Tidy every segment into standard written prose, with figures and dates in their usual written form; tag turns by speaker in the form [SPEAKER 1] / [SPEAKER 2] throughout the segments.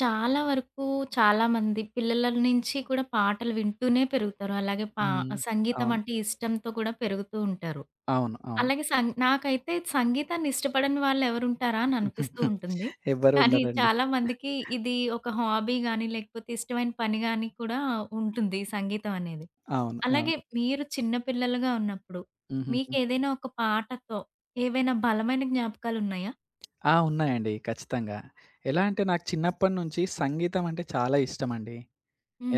[SPEAKER 1] చాలా వరకు చాలామంది పిల్లల నుంచి కూడా పాటలు వింటూనే పెరుగుతారు. అలాగే పా
[SPEAKER 2] హ్మ్.
[SPEAKER 1] సంగీతం
[SPEAKER 2] అవును.
[SPEAKER 1] అంటే ఇష్టంతో కూడా పెరుగుతూ ఉంటారు.
[SPEAKER 2] అవును. అవును.
[SPEAKER 1] అలాగే సం నాకైతే సంగీతాన్ని ఇష్టపడని వాళ్ళెవరుంటారా అని అనిపిస్తూ ఉంటుంది.
[SPEAKER 2] ఎవ్వరు
[SPEAKER 1] కానీ
[SPEAKER 2] ఉండరండి.
[SPEAKER 1] చాలా మందికి ఇది ఒక హాబీ గాని, లేకపోతే ఇష్టమైన పని గాని కూడా ఉంటుంది ఈ సంగీతం అనేది.
[SPEAKER 2] అవును. అవును.
[SPEAKER 1] అలాగే మీరు చిన్న పిల్లలుగా ఉన్నప్పుడు
[SPEAKER 2] హుహుహు.
[SPEAKER 1] మీకేదైనా ఒక పాటతో ఏవైనా బలమైన జ్ఞాపకాలున్నాయా?
[SPEAKER 2] ఆ! ఉన్నాయండి. ఖచ్చితంగా. ఎలా అంటే నాకు చిన్నప్పటి నుంచి సంగీతం అంటే చాలా ఇష్టమండి.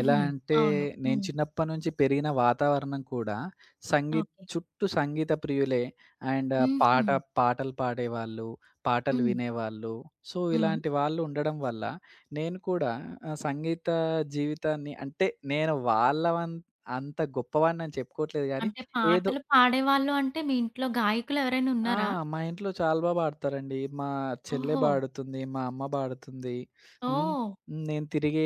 [SPEAKER 2] ఎలా అంటే,
[SPEAKER 1] అవును.
[SPEAKER 2] నేను
[SPEAKER 1] హ్మ్.
[SPEAKER 2] చిన్నప్పటినుంచి పెరిగిన వాతావరణం కూడా సంగీత్
[SPEAKER 1] ఓకే.
[SPEAKER 2] చుట్టూ సంగీత ప్రియులే. అండ్
[SPEAKER 1] హుహు.
[SPEAKER 2] పాట పాటలు పాడేవాళ్ళు, పాటలు
[SPEAKER 1] హ్మ్.
[SPEAKER 2] వినేవాళ్ళు. సో,
[SPEAKER 1] హ్మ్.
[SPEAKER 2] ఇలాంటి వాళ్ళు ఉండడం వల్ల నేను కూడా సంగీత జీవితాన్ని అంటే నేను వాళ్ళ వన్ అంత గొప్పవాడిని అని చెప్పుకోవట్లేదు గానీ,
[SPEAKER 1] అంటే
[SPEAKER 2] ఏదో
[SPEAKER 1] పాటలు పాడేవాళ్ళు అంటే మీ ఇంట్లో గాయకులు ఎవరైనా
[SPEAKER 2] ఆ!
[SPEAKER 1] ఉన్నారా?
[SPEAKER 2] మా ఇంట్లో చాలా బా పాడతారండి. మా చెల్లె
[SPEAKER 1] ఓహో!
[SPEAKER 2] పాడుతుంది, మా అమ్మ పాడుతుంది. హ్మ్.
[SPEAKER 1] ఓహ్!
[SPEAKER 2] నేను తిరిగే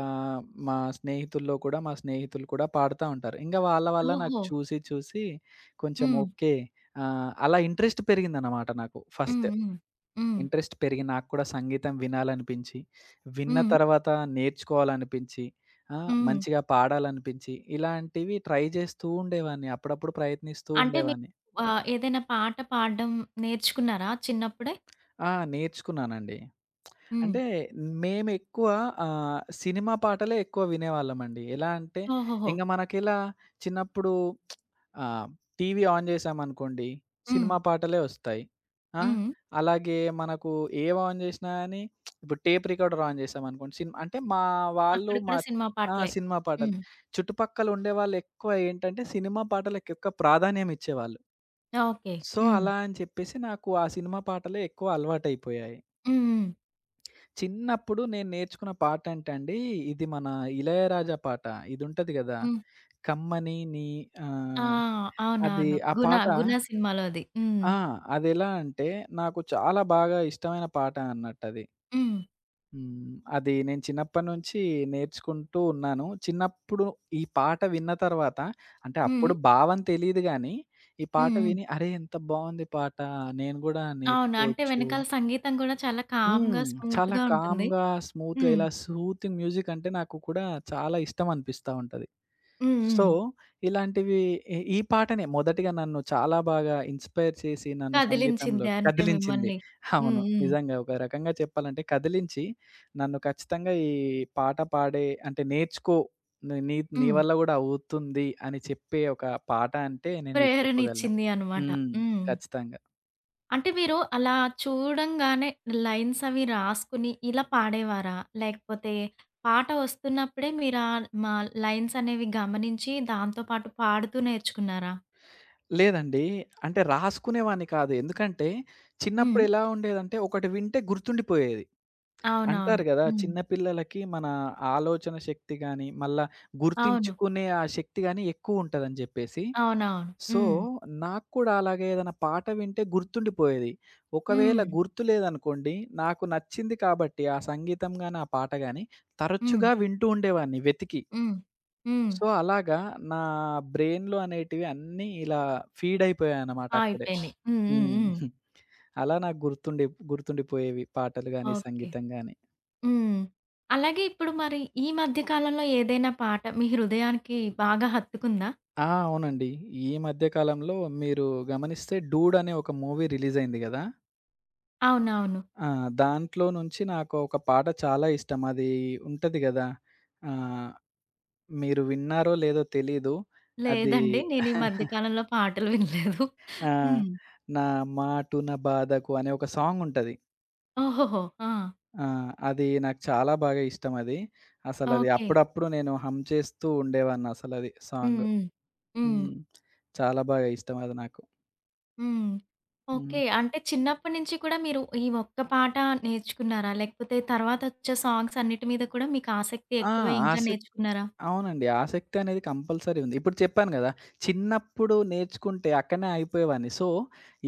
[SPEAKER 2] ఆహ్, మా స్నేహితుల్లో కూడా మా స్నేహితులు కూడా పాడుతా ఉంటారు. ఇంగ వాళ్ళ వల్ల నాకు
[SPEAKER 1] ఓహో!
[SPEAKER 2] చూసి, చూసి కొంచెం
[SPEAKER 1] హ్మ్.
[SPEAKER 2] ఓకే. అలా ఇంట్రెస్ట్ పెరిగిందనమాట నాకు
[SPEAKER 1] హ్మ్.
[SPEAKER 2] ఫస్ట్.
[SPEAKER 1] హ్మ్. హ్మ్.
[SPEAKER 2] ఇంట్రెస్ట్ పెరిగి నాకు కూడా సంగీతం వినాలనిపించి, విన్న
[SPEAKER 1] హ్మ్.
[SPEAKER 2] తర్వాత నేర్చుకోవాలనిపించి, ఆ!
[SPEAKER 1] హ్మ్.
[SPEAKER 2] మంచిగా పాడాలనిపించి, ఇలాంటివి ట్రై చేస్తూ ఉండేవాడిని. అప్పుడప్పుడు ప్రయత్నిస్తూ
[SPEAKER 1] అంటే మీరు
[SPEAKER 2] ఉండేవాడిని.
[SPEAKER 1] ఏదైనా పాట పాడడం నేర్చుకున్నారా చిన్నప్పుడే?
[SPEAKER 2] ఆ! నేర్చుకున్నానండి.
[SPEAKER 1] హ్మ్.
[SPEAKER 2] అంటే మేమెక్కువ సినిమా పాటలే ఎక్కువ వినేవాళ్ళమండి. ఎలా అంటే
[SPEAKER 1] ఓహోహో!
[SPEAKER 2] ఇంగ మనకిలా చిన్నప్పుడు ఆహ్, టీవీ ఆన్ జేశామనుకోండి
[SPEAKER 1] హ్మ్.
[SPEAKER 2] సినిమా పాటలే ఒస్తాయి. ఆ!
[SPEAKER 1] హ్మ్.
[SPEAKER 2] అలాగే మనకు ఏవి ఆన్ జేసినా గాని ఇప్పుడు టేప్ రికార్డర్ ఆన్ జేశామనుకోండి సినిమా అంటే మా వాళ్ళు
[SPEAKER 1] అక్కడ
[SPEAKER 2] మా
[SPEAKER 1] కూడా సినిమా
[SPEAKER 2] ఆ!
[SPEAKER 1] పాటలే.
[SPEAKER 2] సినిమా పాటలు.
[SPEAKER 1] హ్మ్.
[SPEAKER 2] చుట్టుపక్కల ఉండేవాళ్ళు ఎక్కువ ఏంటంటే సినిమా పాటలకి ఎక్కువ ప్రాధాన్యం ఇచ్చేవాళ్ళు.
[SPEAKER 1] ఓకే.
[SPEAKER 2] సో,
[SPEAKER 1] హ్మ్.
[SPEAKER 2] అలా అని చెప్పేసి నాకు ఆ సినిమా పాటలే ఎక్కువ అలవాటయిపోయాయి.
[SPEAKER 1] హ్మ్. హ్మ్.
[SPEAKER 2] చిన్నప్పుడు నేను నేర్చుకున్న పాటంటే అండి, ఇది మన 'ఇళయరాజా' పాట. ఇదుంటది గదా!
[SPEAKER 1] హ్మ్.
[SPEAKER 2] 'కమ్మని నీ'
[SPEAKER 1] ఆ!
[SPEAKER 2] ఆహ్, అది
[SPEAKER 1] అవునవును.
[SPEAKER 2] ఆ
[SPEAKER 1] 'గుణ'
[SPEAKER 2] పాట
[SPEAKER 1] 'గుణ' సినిమాలో అది. హ్మ్.
[SPEAKER 2] ఆ! అదెలా అంటే, నాకు చాలా బాగా ఇష్టమైన పాట అన్నట్టది.
[SPEAKER 1] హ్మ్.
[SPEAKER 2] హ్మ్. అది నేను చిన్నప్పటినుంచి నేర్చుకుంటూ ఉన్నాను. చిన్నప్పుడు ఈ పాట విన్న తర్వాత అంటే
[SPEAKER 1] హ్మ్.
[SPEAKER 2] అప్పుడు
[SPEAKER 1] హ్మ్.
[SPEAKER 2] భావం తెలీదు గానీ, ఈ పాట
[SPEAKER 1] హ్మ్.
[SPEAKER 2] విని, "అరే! ఎంత బావుంది పాట! నేను గూడా
[SPEAKER 1] అవును. అంటే
[SPEAKER 2] నేర్చుకోవచ్చు."
[SPEAKER 1] వెనకాల సంగీతం గూడా చాలా
[SPEAKER 2] హ్మ్.
[SPEAKER 1] కామ్‌గా,
[SPEAKER 2] చాలా
[SPEAKER 1] స్మూత్‌గా ఉంటుంది.
[SPEAKER 2] కామ్‌గా, స్మూత్‌గా
[SPEAKER 1] హ్మ్.
[SPEAKER 2] ఇలా సూతింగ్ మ్యూజిక్ అంటే నాకు కూడా చాలా ఇష్టం అనిపిస్తా ఉంటది.
[SPEAKER 1] హ్మ్.
[SPEAKER 2] సో,
[SPEAKER 1] హ్మ్.
[SPEAKER 2] ఇలాంటివి ఈ ఈ పాటనే మొదటిగా నన్ను చాలా బాగా ఇన్‌స్పైర్ చేసి నన్ను సంగీతంలో
[SPEAKER 1] కదిలించింది అంటే
[SPEAKER 2] కదిలించింది.
[SPEAKER 1] మిమ్మల్ని. హ్మ్.
[SPEAKER 2] అవును.
[SPEAKER 1] హ్మ్.
[SPEAKER 2] నిజంగా ఒక రకంగా చెప్పాలంటే కదిలించి నన్ను ఖచ్చితంగా ఈ పాట పాడే అంటే నేర్చుకో నీ నీ నీ
[SPEAKER 1] హ్మ్.
[SPEAKER 2] వల్ల గూడా అవుతుంది అని చెప్పే ఒక పాట అంటే నేనిది
[SPEAKER 1] ప్రేరణ
[SPEAKER 2] చెప్పగలను.
[SPEAKER 1] ఇచ్చింది అనమాట.
[SPEAKER 2] హ్మ్.
[SPEAKER 1] హ్మ్.
[SPEAKER 2] ఖచ్చితంగా.
[SPEAKER 1] అంటే మీరు అలా చూడంగానే లైన్స్ అవి రాసుకుని ఇలా పాడేవారా? లేకపోతే పాట వస్తున్నప్పుడే మీరా మా లైన్స్ అనేవి గమనించి దాంతో పాటు పాడుతూ నేర్చుకున్నారా?
[SPEAKER 2] లేదండి. అంటే రాసుకునేవాడిని కాదు. ఎందుకంటే
[SPEAKER 1] హ్మ్.
[SPEAKER 2] చిన్నప్పుడు ఎలా ఉండేదంటే ఒకటి వింటే గుర్తుండిపోయేది. అంటారు
[SPEAKER 1] అవునవును.
[SPEAKER 2] గదా!
[SPEAKER 1] హ్మ్.
[SPEAKER 2] చిన్న పిల్లలకి మన ఆలోచన శక్తి గాని, మళ్ళా
[SPEAKER 1] అవును.
[SPEAKER 2] గుర్తించుకునే ఆ శక్తి గాని ఎక్కువుంటదని జెప్పేసి.
[SPEAKER 1] అవునవును.
[SPEAKER 2] సో,
[SPEAKER 1] హ్మ్.
[SPEAKER 2] నాకు కూడా అలాగే ఏదైనా పాట వింటే గుర్తుండిపోయేది. ఒకవేళ
[SPEAKER 1] హ్మ్.
[SPEAKER 2] గుర్తు లేదనుకోండి, నాకు నచ్చింది కాబట్టి ఆ సంగీతం గాని, ఆ పాట గాని
[SPEAKER 1] హ్మ్.
[SPEAKER 2] తరచుగా వింటూ ఉండేవాడిని వెతికి.
[SPEAKER 1] హ్మ్. హ్మ్.
[SPEAKER 2] సో, అలాగా నా బ్రెయిన్‌లో అనేటివి అన్నీ ఇలా ఫీడ్ అయిపోయాయన్నమాట
[SPEAKER 1] ఆ!
[SPEAKER 2] అక్కడే.
[SPEAKER 1] అయిపోయినాయి. హ్మ్. హ్మ్.
[SPEAKER 2] హ్మ్.
[SPEAKER 1] హ్మ్.
[SPEAKER 2] అలా నాకు గుర్తుండిపోయేవి పాటలు గాని,
[SPEAKER 1] ఓకే.
[SPEAKER 2] సంగీతం గాని.
[SPEAKER 1] హ్మ్. అలాగే ఇప్పుడు మరి ఈ మధ్య కాలంలో ఏదైనా పాట మీ హృదయానికి బాగా హత్తుకుందా? హ్మ్.
[SPEAKER 2] ఆ! అవునండి. ఈ మధ్య కాలంలో మీరు గమనిస్తే 'డూడ్' అనే ఒక మూవీ రిలీజ్ అయింది గదా!
[SPEAKER 1] అవునవును.
[SPEAKER 2] ఆ! దాంట్లో నుంచి నాకు ఒక పాట చాలా ఇష్టం. అది ఉంటది గదా! ఆహ్, మీరు విన్నారో లేదో తెలీదు. అది
[SPEAKER 1] లేదండి. నేను ఈ మధ్య కాలంలో పాటలు వినలేదు.
[SPEAKER 2] ఆ!
[SPEAKER 1] హ్మ్.
[SPEAKER 2] 'నా మాటున బాధకు' అనే ఒక సాంగ్ ఉంటది.
[SPEAKER 1] ఓహోహో! ఆ!
[SPEAKER 2] ఆ! అది నాకు చాలా బాగా ఇష్టం అది. అసలది
[SPEAKER 1] ఓకే.
[SPEAKER 2] అప్పుడప్పుడు నేను హమ్ చేస్తూ ఉండేవాడిని అసలది
[SPEAKER 1] హ్మ్.
[SPEAKER 2] సాంగ్.
[SPEAKER 1] హ్మ్. హ్మ్.
[SPEAKER 2] హ్మ్. చాలా బాగా ఇష్టం అది నాకు.
[SPEAKER 1] హ్మ్.
[SPEAKER 2] హ్మ్.
[SPEAKER 1] ఓకే. అంటే చిన్నప్పటి నుంచి కూడా మీరు ఈ ఒక్క పాట నేర్చుకున్నారా? లేకపోతే తర్వాతొచ్చే సాంగ్స్ అన్నిటి మీద కూడా మీకు ఆసక్తి
[SPEAKER 2] ఆ!
[SPEAKER 1] ఎక్కువై ఇంకా
[SPEAKER 2] ఆసక్
[SPEAKER 1] నేర్చుకున్నారా?
[SPEAKER 2] అవునండి. ఆసక్తి అనేది కంపల్సరీ ఉంది. ఇప్పుడు చెప్పాను గదా! చిన్నప్పుడు నేర్చుకుంటే అక్కడనే ఆగిపోయేవాడిని. సో,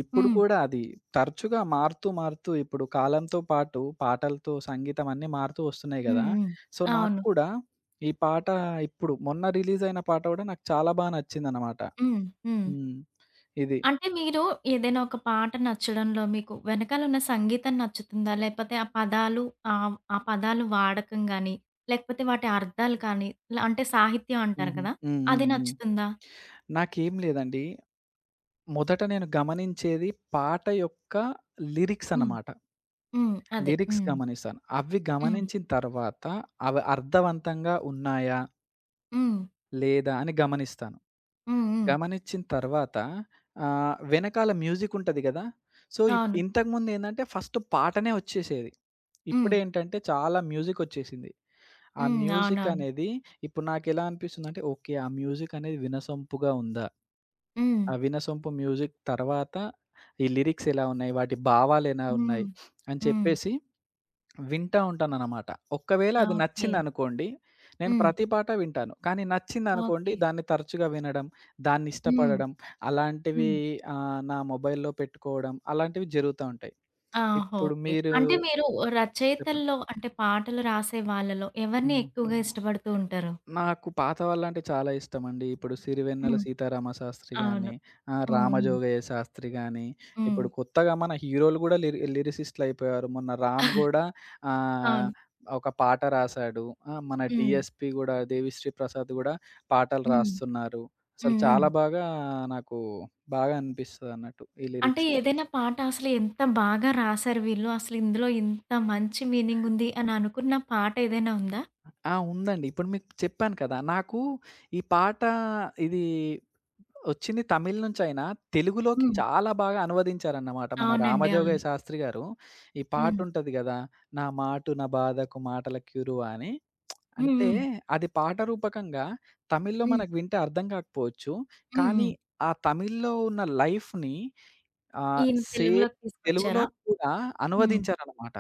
[SPEAKER 2] ఇప్పుడు
[SPEAKER 1] హ్మ్.
[SPEAKER 2] కూడా అది తరచుగా మారుతూ, మారుతూ ఇప్పుడు కాలంతో పాటు పాటలతో సంగీతం అన్నీ మారుతూ వస్తున్నాయి
[SPEAKER 1] హ్మ్.
[SPEAKER 2] గదా!
[SPEAKER 1] హ్మ్.
[SPEAKER 2] సో, నాకు
[SPEAKER 1] అవును.
[SPEAKER 2] కూడా ఈ పాట ఇప్పుడు మొన్న రిలీజ్ అయిన పాట గూడా నాకు చాలా బాగా నచ్చిందన్నమాట.
[SPEAKER 1] హ్మ్. హ్మ్.
[SPEAKER 2] హ్మ్. ఇది.
[SPEAKER 1] అంటే మీరు ఏదైనా ఒక పాట నచ్చడంలో మీకు వెనకాలన్న సంగీతం నచ్చుతుందా? లేపోతే ఆ పదాలు ఆ పదాలు వాడకం గాని, లేకపోతే వాటి అర్థాలు కానీ, అంటే సాహిత్యం అంటారు
[SPEAKER 2] హుహు.
[SPEAKER 1] కదా!
[SPEAKER 2] హ్మ్. హ్మ్.
[SPEAKER 1] అది
[SPEAKER 2] హ్మ్.
[SPEAKER 1] నచ్చుతుందా?
[SPEAKER 2] నాకేం లేదండి. మొదట నేను గమనించేది పాట యొక్క లిరిక్స్
[SPEAKER 1] హ్మ్.
[SPEAKER 2] అన్నమాట.
[SPEAKER 1] హ్మ్. అదే.
[SPEAKER 2] లిరిక్స్
[SPEAKER 1] హ్మ్.
[SPEAKER 2] గమనిస్తాను. అవి
[SPEAKER 1] హ్మ్.
[SPEAKER 2] గమనించిన తర్వాత అవి అర్థవంతంగా ఉన్నాయా?
[SPEAKER 1] హ్మ్.
[SPEAKER 2] లేదా? అని గమనిస్తాను.
[SPEAKER 1] హ్మ్. హ్మ్.
[SPEAKER 2] గమనించిన తర్వాత వెనకాల మ్యూజిక్ ఉంటది గదా! సో,
[SPEAKER 1] అవును.
[SPEAKER 2] ఇంతకుముందేందంటే ఫస్ట్ పాటనే వచ్చేసేది.
[SPEAKER 1] హ్మ్.
[SPEAKER 2] ఇప్పుడేంటంటే చాలా మ్యూజిక్ వచ్చేసింది. ఆ
[SPEAKER 1] హ్మ్.
[SPEAKER 2] మ్యూజిక్
[SPEAKER 1] అవునవును.
[SPEAKER 2] అనేది ఇప్పుడు నాకెలా అనిపిస్తుందంటే ఓకే. ఆ మ్యూజిక్ అనేది వినసొంపుగా ఉందా?
[SPEAKER 1] హ్మ్.
[SPEAKER 2] ఆ 'వీణసొంపు మ్యూజిక్' తర్వాత ఈ లిరిక్స్ ఎలా ఉన్నాయి? వాటి భావాలు ఎలా
[SPEAKER 1] హ్మ్.
[SPEAKER 2] ఉన్నాయి? అని
[SPEAKER 1] హ్మ్.
[SPEAKER 2] చెప్పేసి వింటా ఉంటాననమాట. ఒక్కవేళ అది
[SPEAKER 1] ఓకే.
[SPEAKER 2] నచ్చిందనుకోండి, నేను
[SPEAKER 1] హ్మ్.
[SPEAKER 2] ప్రతి పాట వింటాను. కానీ నచ్చిందనుకోండి
[SPEAKER 1] ఓకే.
[SPEAKER 2] దాన్ని తరచుగా వినడం, దాన్ని
[SPEAKER 1] హ్మ్.
[SPEAKER 2] ఇష్టపడడం, అలాంటివి
[SPEAKER 1] హ్మ్.
[SPEAKER 2] నా మొబైల్‌లో పెట్టుకోవడం అలాంటివి జరుగుతా ఉంటాయి.
[SPEAKER 1] ఆ!
[SPEAKER 2] ఇప్పుడు
[SPEAKER 1] ఓకే.
[SPEAKER 2] మీరు
[SPEAKER 1] అంటే మీరు
[SPEAKER 2] చెప్పండి.
[SPEAKER 1] రచయితల్లో అంటే పాటలు రాసే వాళ్ళలో ఎవరిని
[SPEAKER 2] హ్మ్.
[SPEAKER 1] ఎక్కువగా ఇష్టపడుతూ ఉంటారు?
[SPEAKER 2] నాకు పాత వాళ్ళంటే చాలా ఇష్టమండి. ఇప్పుడు 'సిరివెన్నెల
[SPEAKER 1] హ్మ్.
[SPEAKER 2] సీతారామ శాస్త్రి' గాని,
[SPEAKER 1] అవును. హ్మ్.
[SPEAKER 2] 'రామజోగయ్య శాస్త్రి' గాని,
[SPEAKER 1] హ్మ్.
[SPEAKER 2] ఇప్పుడు కొత్తగా మన హీరోలు గూడా లిరిసిస్ట్‌లయిపోయారు. మొన్న 'రామ్'
[SPEAKER 1] హ్మ్.
[SPEAKER 2] గూడా ఆహ్,
[SPEAKER 1] అవును.
[SPEAKER 2] ఒక పాట రాసాడు. ఆ! మన
[SPEAKER 1] హ్మ్.
[SPEAKER 2] డీఎస్‌పీ గూడా 'దేవిశ్రీ ప్రసాద్' గూడా పాటలు
[SPEAKER 1] హ్మ్.
[SPEAKER 2] రాస్తున్నారు. అసలు
[SPEAKER 1] హ్మ్. హ్మ్.
[SPEAKER 2] చాలా బాగా నాకు బాగా అనిపిస్తదన్నట్టు ఈ
[SPEAKER 1] అంటే
[SPEAKER 2] లిరిక్స్.
[SPEAKER 1] ఏదైనా పాట అసలు ఎంత బాగా రాసారు వీళ్ళు, అసలు ఇందులో ఇంత మంచి మీనింగ్ ఉంది అని అనుకున్న పాట ఏదైనా ఉందా?
[SPEAKER 2] ఆ! ఉందండి. ఇప్పుడు మీకు చెప్పాను కదా! నాకు ఈ పాట ఇది వచ్చింది తమిళ్ నుంచయినా, తెలుగులోకి
[SPEAKER 1] హ్మ్.
[SPEAKER 2] చాలా బాగా అనువదించారన్నమాట. మన
[SPEAKER 1] అవునండి. అవును.
[SPEAKER 2] 'రామజోగయ్య శాస్త్రి' గారు ఈ
[SPEAKER 1] హ్మ్.
[SPEAKER 2] పాటుంటది గదా! 'నా మాటు నా బాధకు మాటల క్యూరువ' అని.
[SPEAKER 1] హ్మ్.
[SPEAKER 2] అంటే
[SPEAKER 1] హ్మ్.
[SPEAKER 2] అది పాట రూపకంగా తమిళ్‌లో
[SPEAKER 1] హ్మ్.
[SPEAKER 2] మనకు వింటే అర్థం కాకపోవచ్చు.
[SPEAKER 1] హ్మ్.
[SPEAKER 2] కానీ
[SPEAKER 1] హ్మ్.
[SPEAKER 2] ఆ తమిళ్‌లో ఉన్న లైఫ్‌ని ఆహ్,
[SPEAKER 1] ఈయన
[SPEAKER 2] సేమ్
[SPEAKER 1] తెలుగులోకి
[SPEAKER 2] తెలుగులో
[SPEAKER 1] తీసుకొచ్చారా?
[SPEAKER 2] కూడా
[SPEAKER 1] హ్మ్.
[SPEAKER 2] అనువదించారన్నమాట.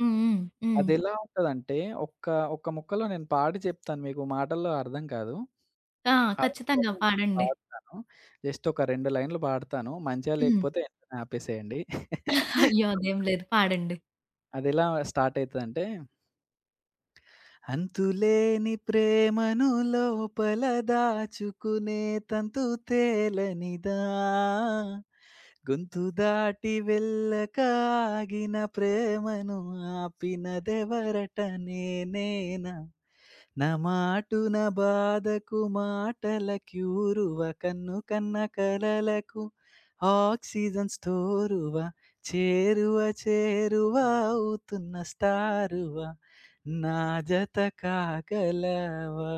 [SPEAKER 1] హ్మ్. హ్మ్. హ్మ్.
[SPEAKER 2] అదెలా ఉంటదంటే ఒక్క, ఒక్క ముక్కలో నేను పాడి చెప్తాను మీకు మాటల్లో అర్థం కాదు.
[SPEAKER 1] ఆ! ఖచ్చితంగా
[SPEAKER 2] అవును.
[SPEAKER 1] పాడండి.
[SPEAKER 2] పాడతాను. జస్ట్ ఒక 2 లైన్‌లు పాడతాను. మంచిగా
[SPEAKER 1] హ్మ్.
[SPEAKER 2] లేకపోతే వెంటనే ఆపేసేయండి.
[SPEAKER 1] అయ్యో! అదేం లేదు. పాడండి.
[SPEAKER 2] అదెలా స్టార్ట్ అయితదంటే అంతులేని ప్రేమను లోపల దాచుకునే తంతు తేలనిదా? గొంతు దాటి వెళ్ళక ఆగిన ప్రేమను ఆపినదెవరట నేనేనా? నా మాటున బాధకు మాటల క్యూరువ కన్ను కన్న కలలకు ఆక్సిజన్ స్టోరువ చేరువ చేరువ అవుతున్న స్టారువ నా జత కాగలవా.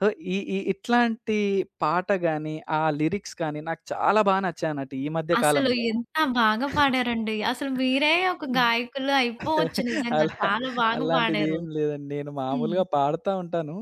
[SPEAKER 2] సో, ఈ ఈ ఇట్లాంటి పాట గాని, ఆ లిరిక్స్ కానీ నాకు చాలా బా నచ్చాయన్నట్టు ఈ మధ్య
[SPEAKER 1] అసలు
[SPEAKER 2] కాలంలో.
[SPEAKER 1] ఎంత బాగా పాడారండి. అసలు మీరే ఒక
[SPEAKER 2] హ్మ్.
[SPEAKER 1] గాయకులు అయిపోవచ్చు నిజంగా.
[SPEAKER 2] అలా
[SPEAKER 1] చాలా బాగా పాడారు.
[SPEAKER 2] అలాంటిదేం లేదండి. నేను
[SPEAKER 1] హ్మ్.
[SPEAKER 2] మామూలుగా పాడుతా ఉంటాను.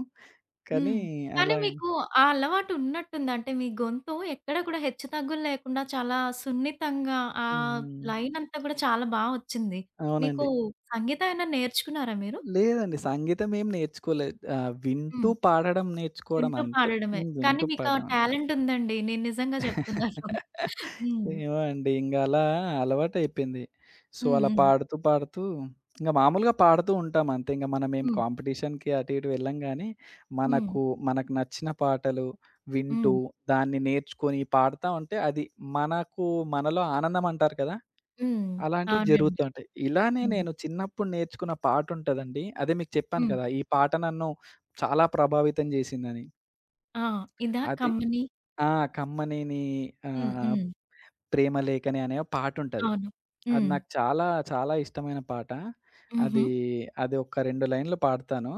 [SPEAKER 2] కానీ
[SPEAKER 1] హ్మ్. కానీ
[SPEAKER 2] అలా
[SPEAKER 1] మీకు ఆ అలవాటు ఉన్నట్టుంది. అంటే మీ గొంతు ఎక్కడ కూడా హెచ్చు తగ్గులు లేకుండా చాలా సున్నితంగా ఆ
[SPEAKER 2] హ్మ్.
[SPEAKER 1] లైన్ అంతా కూడా చాలా బా వచ్చింది. మీకు
[SPEAKER 2] అవునండి.
[SPEAKER 1] సంగీతం ఏమైనా నేర్చుకున్నారా మీరు?
[SPEAKER 2] లేదండి. సంగీతం ఏం నేర్చుకోలేదు. వింటూ
[SPEAKER 1] హ్మ్.
[SPEAKER 2] పాడడం నేర్చుకోవడం
[SPEAKER 1] వింటూ
[SPEAKER 2] అంతే.
[SPEAKER 1] పాడడమే.
[SPEAKER 2] హ్మ్.
[SPEAKER 1] కానీ
[SPEAKER 2] వింటూ
[SPEAKER 1] మీకు ఆ
[SPEAKER 2] పాడడం అంతే.
[SPEAKER 1] టాలెంట్ ఉందండి. నేను నిజంగా చెప్తున్నాను. హ్మ్.
[SPEAKER 2] ఏమో అండి. ఇంగ అలా అలవాటయిపోయింది. సో,
[SPEAKER 1] హ్మ్.
[SPEAKER 2] అలా
[SPEAKER 1] హ్మ్.
[SPEAKER 2] పాడుతూ, పాడుతూ ఇంగ మామూలుగా పాడుతూ ఉంటాం అంతే. ఇంగ మనమేం
[SPEAKER 1] హ్మ్.
[SPEAKER 2] కాంపిటీషన్‌కి అటు ఇటు వెళ్ళం గానీ,
[SPEAKER 1] హ్మ్.
[SPEAKER 2] మనకు మనకు నచ్చిన పాటలు వింటూ,
[SPEAKER 1] హ్మ్.
[SPEAKER 2] దాన్ని నేర్చుకొని పాడుతా ఉంటే అది మనకు మనలో ఆనందం అంటారు కదా!
[SPEAKER 1] హ్మ్.
[SPEAKER 2] అలాంటివి జరుగుతూ
[SPEAKER 1] అవునండి.
[SPEAKER 2] ఉంటాయి. ఇలానే
[SPEAKER 1] హ్మ్.
[SPEAKER 2] నేను చిన్నప్పుడు నేర్చుకున్న పాటుంటదండి. అదే మీకు చెప్పాను
[SPEAKER 1] హ్మ్.
[SPEAKER 2] కదా! ఈ పాట నన్ను చాలా ప్రభావితం జేసిందని.
[SPEAKER 1] ఆ! ఇదా
[SPEAKER 2] అది
[SPEAKER 1] కమ్మని?
[SPEAKER 2] ఆ! కమ్మనేని
[SPEAKER 1] హ్మ్.
[SPEAKER 2] ఆహ్,
[SPEAKER 1] హ్మ్.
[SPEAKER 2] 'ప్రేమలేఖని' అనే పాటుంటది.
[SPEAKER 1] అవును.
[SPEAKER 2] అది
[SPEAKER 1] హ్మ్.
[SPEAKER 2] నాకు చాలా ఇష్టమైన పాట.
[SPEAKER 1] హుహు.
[SPEAKER 2] అది, అది ఒక 2 లైన్‌లు పాడతాను.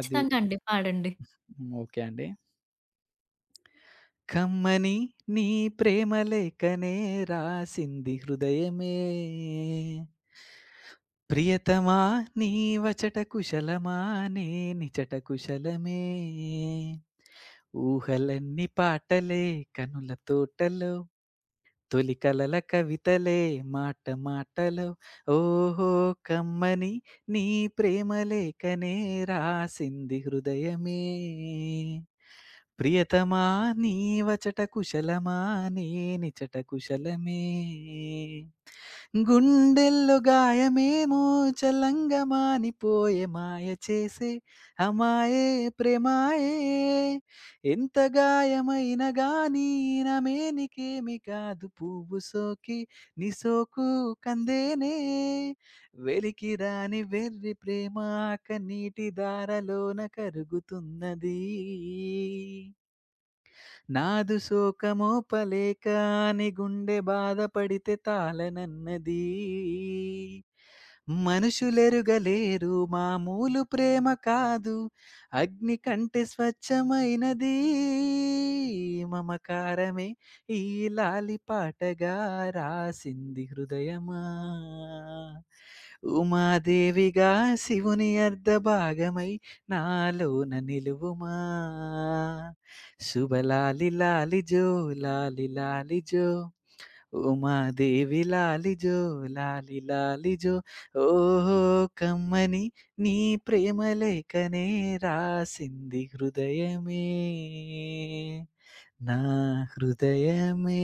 [SPEAKER 2] అది
[SPEAKER 1] అండి. పాడండి.
[SPEAKER 2] హ్మ్. ఓకే అండి. కమ్మని నీ ప్రేమలేఖనే రాసింది హృదయమే. ప్రియతమా నీ వచట కుశలమా నే నిచట కుశలమే. ఊహలన్నీ పాటలే కనుల తోటలో తొలి కలల కవితలే మాట మాటలో ఓహో కమ్మని నీ ప్రేమ లేఖనే రాసింది హృదయమే ప్రియతమా నీ వచట కుశలమా నేనిచట కుశలమే గుండెల్లో గాయమేమో చల్లంగా మానిపోయే మాయ చేసే అమాయే ప్రేమాయే ఎంత గాయమైన గాని నమేనికేమి కాదు పువ్వు సోకి నీ సోకు కందేనే వెలికి రాని వెర్రి ప్రేమ కన్నీటి దారలోన కరుగుతున్నది నాదు శోకమోపలేక అని గుండె బాధపడితే తాళనన్నది. మనుషులెరుగలేరు మామూలు ప్రేమ కాదు. అగ్ని కంటే స్వచ్ఛమైనది మమకారమే ఈ లాలి పాటగా రాసింది హృదయమా. ఉమాదేవిగా శివుని అర్ధభాగమై నాలోన నిలువుమా. శుభ లాలి లాలి జో లాలి లాలి జో ఉమాదేవి లాలి జో లాలి లాలి జో ఓహో కమ్మని నీ ప్రేమ లేఖనే రాసింది హృదయమే నా హృదయమే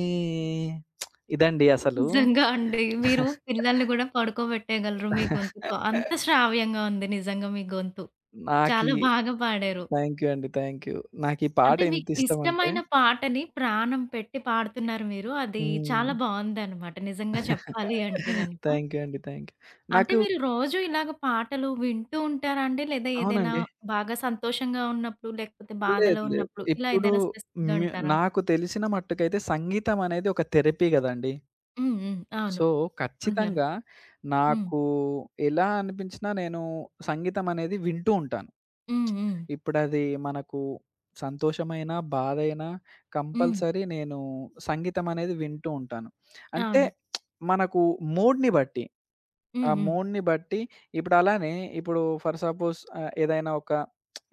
[SPEAKER 2] ఇదండి అసలు
[SPEAKER 1] నిజంగా అండి. మీరు పిల్లల్ని గూడా పడుకోబెట్టేయగలరు మీ గొంతుతో. అంత శ్రావ్యంగా ఉంది నిజంగా మీ గొంతు.
[SPEAKER 2] నాకీ
[SPEAKER 1] చాలా బాగా పాడారు.
[SPEAKER 2] థాంక్ యూ అండి. Thank you. నాకీ పాట
[SPEAKER 1] అంటే మీకు
[SPEAKER 2] ఎంత ఇష్టమంటే
[SPEAKER 1] ఇష్టమైన పాటని ప్రాణం పెట్టి పాడుతున్నారు మీరు. అది
[SPEAKER 2] హ్మ్.
[SPEAKER 1] చాలా బావుందనమాట నిజంగా చెప్పాలి అంటే గనక.
[SPEAKER 2] థాంక్ యూ అండి. Thank you.
[SPEAKER 1] అంటే
[SPEAKER 2] నాకు
[SPEAKER 1] మీరు రోజు ఇలాగ పాటలు వింటూ ఉంటారా అండి? లేదా ఏదైనా
[SPEAKER 2] అవునండి.
[SPEAKER 1] బాగా సంతోషంగా ఉన్నప్పుడు, లేకపోతే
[SPEAKER 2] లేదు.
[SPEAKER 1] బాధలో
[SPEAKER 2] లేదు.
[SPEAKER 1] ఉన్నప్పుడు ఇలా
[SPEAKER 2] ఇప్పుడు
[SPEAKER 1] ఏదైనా స్పెసిఫిక్‌గా వింటారా?
[SPEAKER 2] నాకు తెలిసిన మట్టుకైతే సంగీతం అనేది ఒక థెరపీ గదండీ.
[SPEAKER 1] హ్మ్. హ్మ్. అవును.
[SPEAKER 2] సో,
[SPEAKER 1] ఒప్పుకుంటున్నాను.
[SPEAKER 2] ఖచ్చితంగా
[SPEAKER 1] హ్మ్.
[SPEAKER 2] నాకు ఎలా అనిపించినా నేను సంగీతం అనేది వింటూ ఉంటాను.
[SPEAKER 1] హ్మ్. హ్మ్.
[SPEAKER 2] ఇప్పుడది మనకు సంతోషమైనా, బాధైనా
[SPEAKER 1] హ్మ్.
[SPEAKER 2] కంపల్సరీ నేను సంగీతం అనేది వింటూ ఉంటాను. అంటే
[SPEAKER 1] అవును.
[SPEAKER 2] మనకు మూడ్‌ని బట్టి. ఆ
[SPEAKER 1] హ్మ్. హ్మ్.
[SPEAKER 2] మూడ్‌ని బట్టి ఇప్పుడు అలానే ఇప్పుడు ఫర్ సపోజ్ ఏదైనా ఒక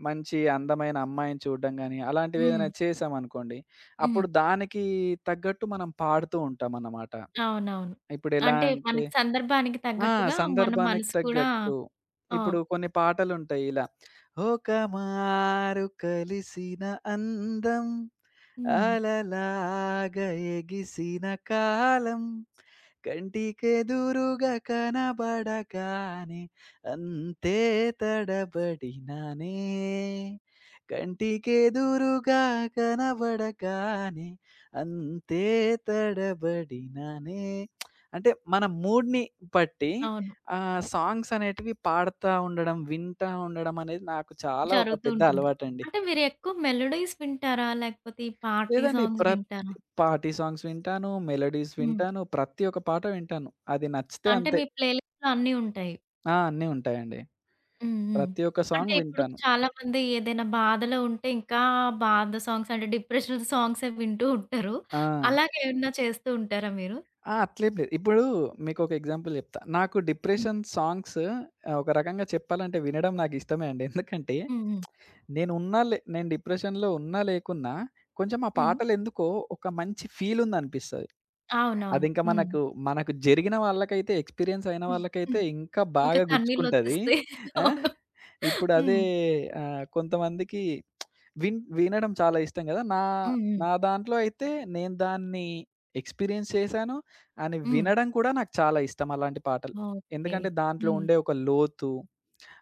[SPEAKER 2] మంచి అందమైన అమ్మాయిని చూడడం గాని,
[SPEAKER 1] హ్మ్.
[SPEAKER 2] అలాంటివేదైనా చేశామనుకోండి,
[SPEAKER 1] హ్మ్.
[SPEAKER 2] అప్పుడు దానికి తగ్గట్టు మనం పాడుతూ ఉంటామన్నమాట.
[SPEAKER 1] అవునవును.
[SPEAKER 2] ఇప్పుడెలా
[SPEAKER 1] అంటే
[SPEAKER 2] అంటే
[SPEAKER 1] మనకి సందర్భానికి
[SPEAKER 2] ఆ!
[SPEAKER 1] తగ్గట్టుగా మన
[SPEAKER 2] సందర్భానికి
[SPEAKER 1] మనసు కూడా
[SPEAKER 2] తగ్గట్టు.
[SPEAKER 1] ఆ!
[SPEAKER 2] ఇప్పుడు కొన్ని పాటలుంటాయి ఇలా. ఒక మారు కలిసిన అందం
[SPEAKER 1] హ్మ్.
[SPEAKER 2] అలలాగ ఎగిసిన కాలం కంటికెదురుగా కనబడగానే అంతే తడబడినానే కంటికెదురుగా కనబడగానే అంతే తడబడినానే అంటే మన మూడ్‌ని బట్టి
[SPEAKER 1] అవును.
[SPEAKER 2] ఆ! సాంగ్స్ అనేటివి పాడతా ఉండడం, వింటా ఉండడం అనేది నాకు చాలా ఒక
[SPEAKER 1] జరుగుతూ
[SPEAKER 2] పెద్ద
[SPEAKER 1] ఉంటుంది.
[SPEAKER 2] అలవాటండి.
[SPEAKER 1] అంటే మీరు ఎక్కువ మెలోడీస్ వింటారా? లేకపోతే ఈ పార్టీ
[SPEAKER 2] లేదండి
[SPEAKER 1] సాంగ్స్
[SPEAKER 2] ప్రతి
[SPEAKER 1] వింటారా?
[SPEAKER 2] పార్టీ సాంగ్స్ వింటాను, మెలోడీస్
[SPEAKER 1] హ్మ్.
[SPEAKER 2] వింటాను, ప్రతి ఒక్క పాట వింటాను. అది నచ్చితే
[SPEAKER 1] అంటే
[SPEAKER 2] అంతే.
[SPEAKER 1] మీ ప్లేలిస్ట్‌లో అన్నీ ఉంటాయి.
[SPEAKER 2] ఆ! అన్నీ ఉంటాయండి.
[SPEAKER 1] హ్మ్. హ్మ్.
[SPEAKER 2] ప్రతి ఒక్క
[SPEAKER 1] అంటే
[SPEAKER 2] సాంగ్
[SPEAKER 1] ఇప్పుడు
[SPEAKER 2] వింటాను.
[SPEAKER 1] చాలామంది ఏదైనా బాధలో ఉంటే ఇంకా బాధ సాంగ్స్ అంటే డిప్రెషనల్ సాంగ్సే వింటూ ఉంటారు.
[SPEAKER 2] ఆ!
[SPEAKER 1] అలాగే ఏమన్నా చేస్తూ ఉంటారా మీరు?
[SPEAKER 2] ఆ! అట్లేం లేదు. ఇప్పుడు మీకొక ఎగ్జాంపుల్ చెప్తా. నాకు
[SPEAKER 1] హ్మ్.
[SPEAKER 2] డిప్రెషన్ సాంగ్స్ ఒక రకంగా చెప్పాలంటే వినడం నాకిష్టమే అండి. ఎందుకంటే
[SPEAKER 1] హ్మ్. హ్మ్.
[SPEAKER 2] నేను డిప్రెషన్‌లో ఉన్నా లేకున్నా కొంచెం ఆ
[SPEAKER 1] హ్మ్.
[SPEAKER 2] పాటలెందుకో ఒక మంచి ఫీలుందనిపిస్తది.
[SPEAKER 1] అవునవును.
[SPEAKER 2] అదింకా
[SPEAKER 1] హ్మ్.
[SPEAKER 2] మనకు జరిగిన వాళ్ళకైతే ఎక్స్‌పీరియన్స్ అయిన వాళ్ళకైతే
[SPEAKER 1] హ్మ్.
[SPEAKER 2] ఇంకా
[SPEAKER 1] ఇంకా
[SPEAKER 2] బాగా గుచ్చుకుంటది.
[SPEAKER 1] కన్నీళ్ళొచ్చేస్తాయి.
[SPEAKER 2] ఆ!
[SPEAKER 1] అవును. హ్మ్.
[SPEAKER 2] ఇప్పుడదే కొంతమందికి వినడం చాలా ఇష్టం గదా! నా
[SPEAKER 1] హ్మ్. హ్మ్.
[SPEAKER 2] నా దాంట్లో అయితే నేను దాన్ని ఎక్స్‌పీరియన్స్ చేశాను అని
[SPEAKER 1] హ్మ్.
[SPEAKER 2] వినడం కూడా నాకు చాలా ఇష్టం అలాంటి పాటలు.
[SPEAKER 1] ఓకే.
[SPEAKER 2] ఎందుకంటే దాంట్లో
[SPEAKER 1] హ్మ్.
[SPEAKER 2] ఉండే ఒక లోతు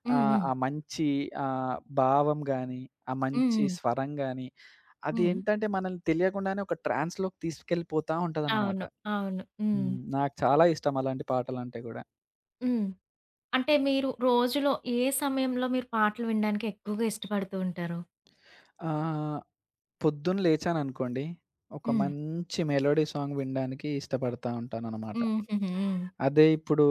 [SPEAKER 1] హ్మ్.
[SPEAKER 2] ఆహ్,
[SPEAKER 1] హ్మ్.
[SPEAKER 2] ఆ మంచి ఆహ్, భావం గాని, ఆ
[SPEAKER 1] హ్మ్.
[SPEAKER 2] మంచి
[SPEAKER 1] హ్మ్.
[SPEAKER 2] స్వరం గాని, అది
[SPEAKER 1] హ్మ్.
[SPEAKER 2] ఏంటంటే మనల్ని తెలియకుండానే ఒక ట్రాన్స్‌లోకి తీసుకెళ్ళిపోతా ఉంటదన్నమాట.
[SPEAKER 1] అవును. అవును. హ్మ్.
[SPEAKER 2] హ్మ్. నాకు చాలా ఇష్టం అలాంటి పాటలంటే గూడా.
[SPEAKER 1] హ్మ్. అంటే మీరు రోజులో ఏ సమయంలో మీరు పాటలు వినడానికి ఎక్కువగా ఇష్టపడుతూ ఉంటారు?
[SPEAKER 2] ఆహ్, పొద్దున లేచాననుకోండి, ఒక
[SPEAKER 1] హ్మ్.
[SPEAKER 2] మంచి మెలోడీ సాంగ్ వినడానికి ఇష్టపడతా ఉంటాననమాట.
[SPEAKER 1] హుహుహు. హ్మ్.
[SPEAKER 2] అదే ఇప్పుడు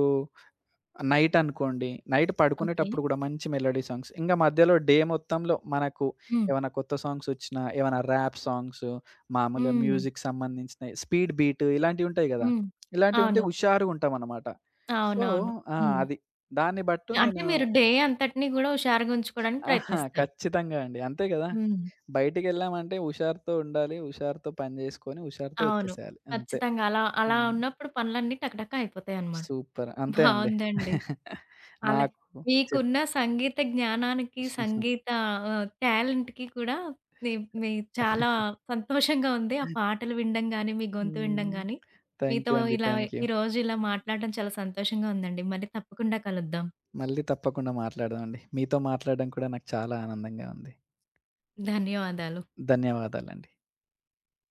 [SPEAKER 2] నైట్ అనుకోండి, నైట్
[SPEAKER 1] ఓకే.
[SPEAKER 2] పడుకునేటప్పుడు గూడా మంచి మెలోడీ సాంగ్స్. ఇంగ మధ్యలో డే మొత్తంలో మనకు
[SPEAKER 1] హ్మ్.
[SPEAKER 2] ఏవన్నా కొత్త సాంగ్సొచ్చినా, ఏవన్నా ర్యాప్ సాంగ్స్, మామూలుగా
[SPEAKER 1] హ్మ్.
[SPEAKER 2] మ్యూజిక్ సంబంధించినయి, స్పీడ్ బీట్ ఇలాంటివుంటాయి గదా!
[SPEAKER 1] హ్మ్.
[SPEAKER 2] ఇలాంటివుంటే
[SPEAKER 1] అవును.
[SPEAKER 2] హుషారుగుంటామనమాట. సో
[SPEAKER 1] అవునవును.
[SPEAKER 2] ఆ!
[SPEAKER 1] హ్మ్.
[SPEAKER 2] అది. దాన్ని బట్టు
[SPEAKER 1] అంటే
[SPEAKER 2] నేను
[SPEAKER 1] మీరు డే అంతటిని గూడా హుషారుగా ఉంచుకోవడానికి
[SPEAKER 2] ఆహా!
[SPEAKER 1] ప్రయత్నిస్తారు.
[SPEAKER 2] ఖచ్చితంగా అండి. అంతే గదా!
[SPEAKER 1] హ్మ్.
[SPEAKER 2] బయటికెళ్ళామంటే హుషారుతో ఉండాలి. హుషారుతో పని జేసుకొని, హుషారుతో
[SPEAKER 1] అవును.
[SPEAKER 2] వచ్చేసేయాలి. అంతే.
[SPEAKER 1] ఖచ్చితంగా. అలా అలా
[SPEAKER 2] హ్మ్.
[SPEAKER 1] ఉన్నప్పుడు పనులన్నీ టకటక అయిపోతాయన్నమాట.
[SPEAKER 2] సూపర్. అంతే అండి.
[SPEAKER 1] బావుందండి. అలా
[SPEAKER 2] నాకు చెప్
[SPEAKER 1] మీకున్న సంగీత జ్ఞానానికి, సంగీత టాలెంట్‌కి కూడా మీ మీ చాలా సంతోషంగా ఉంది. ఆ పాటలు వినడం గానీ, మీ గొంతు వినడం
[SPEAKER 2] హ్మ్.
[SPEAKER 1] గానీ.
[SPEAKER 2] థాంక్
[SPEAKER 1] మీతో
[SPEAKER 2] యూ అండి.
[SPEAKER 1] ఇలా
[SPEAKER 2] థాంక్ యూ.
[SPEAKER 1] ఈరోజు ఇలా మాట్లాడడం చాలా సంతోషంగా ఉందండి. మళ్ళీ తప్పకుండా కలుద్దాం.
[SPEAKER 2] మళ్ళీ తప్పకుండా మాట్లాడదాం అండి. మీతో మాట్లాడడం కూడా నాకు చాలా ఆనందంగా ఉంది.
[SPEAKER 1] ధన్యవాదాలు.
[SPEAKER 2] ధన్యవాదాలండి.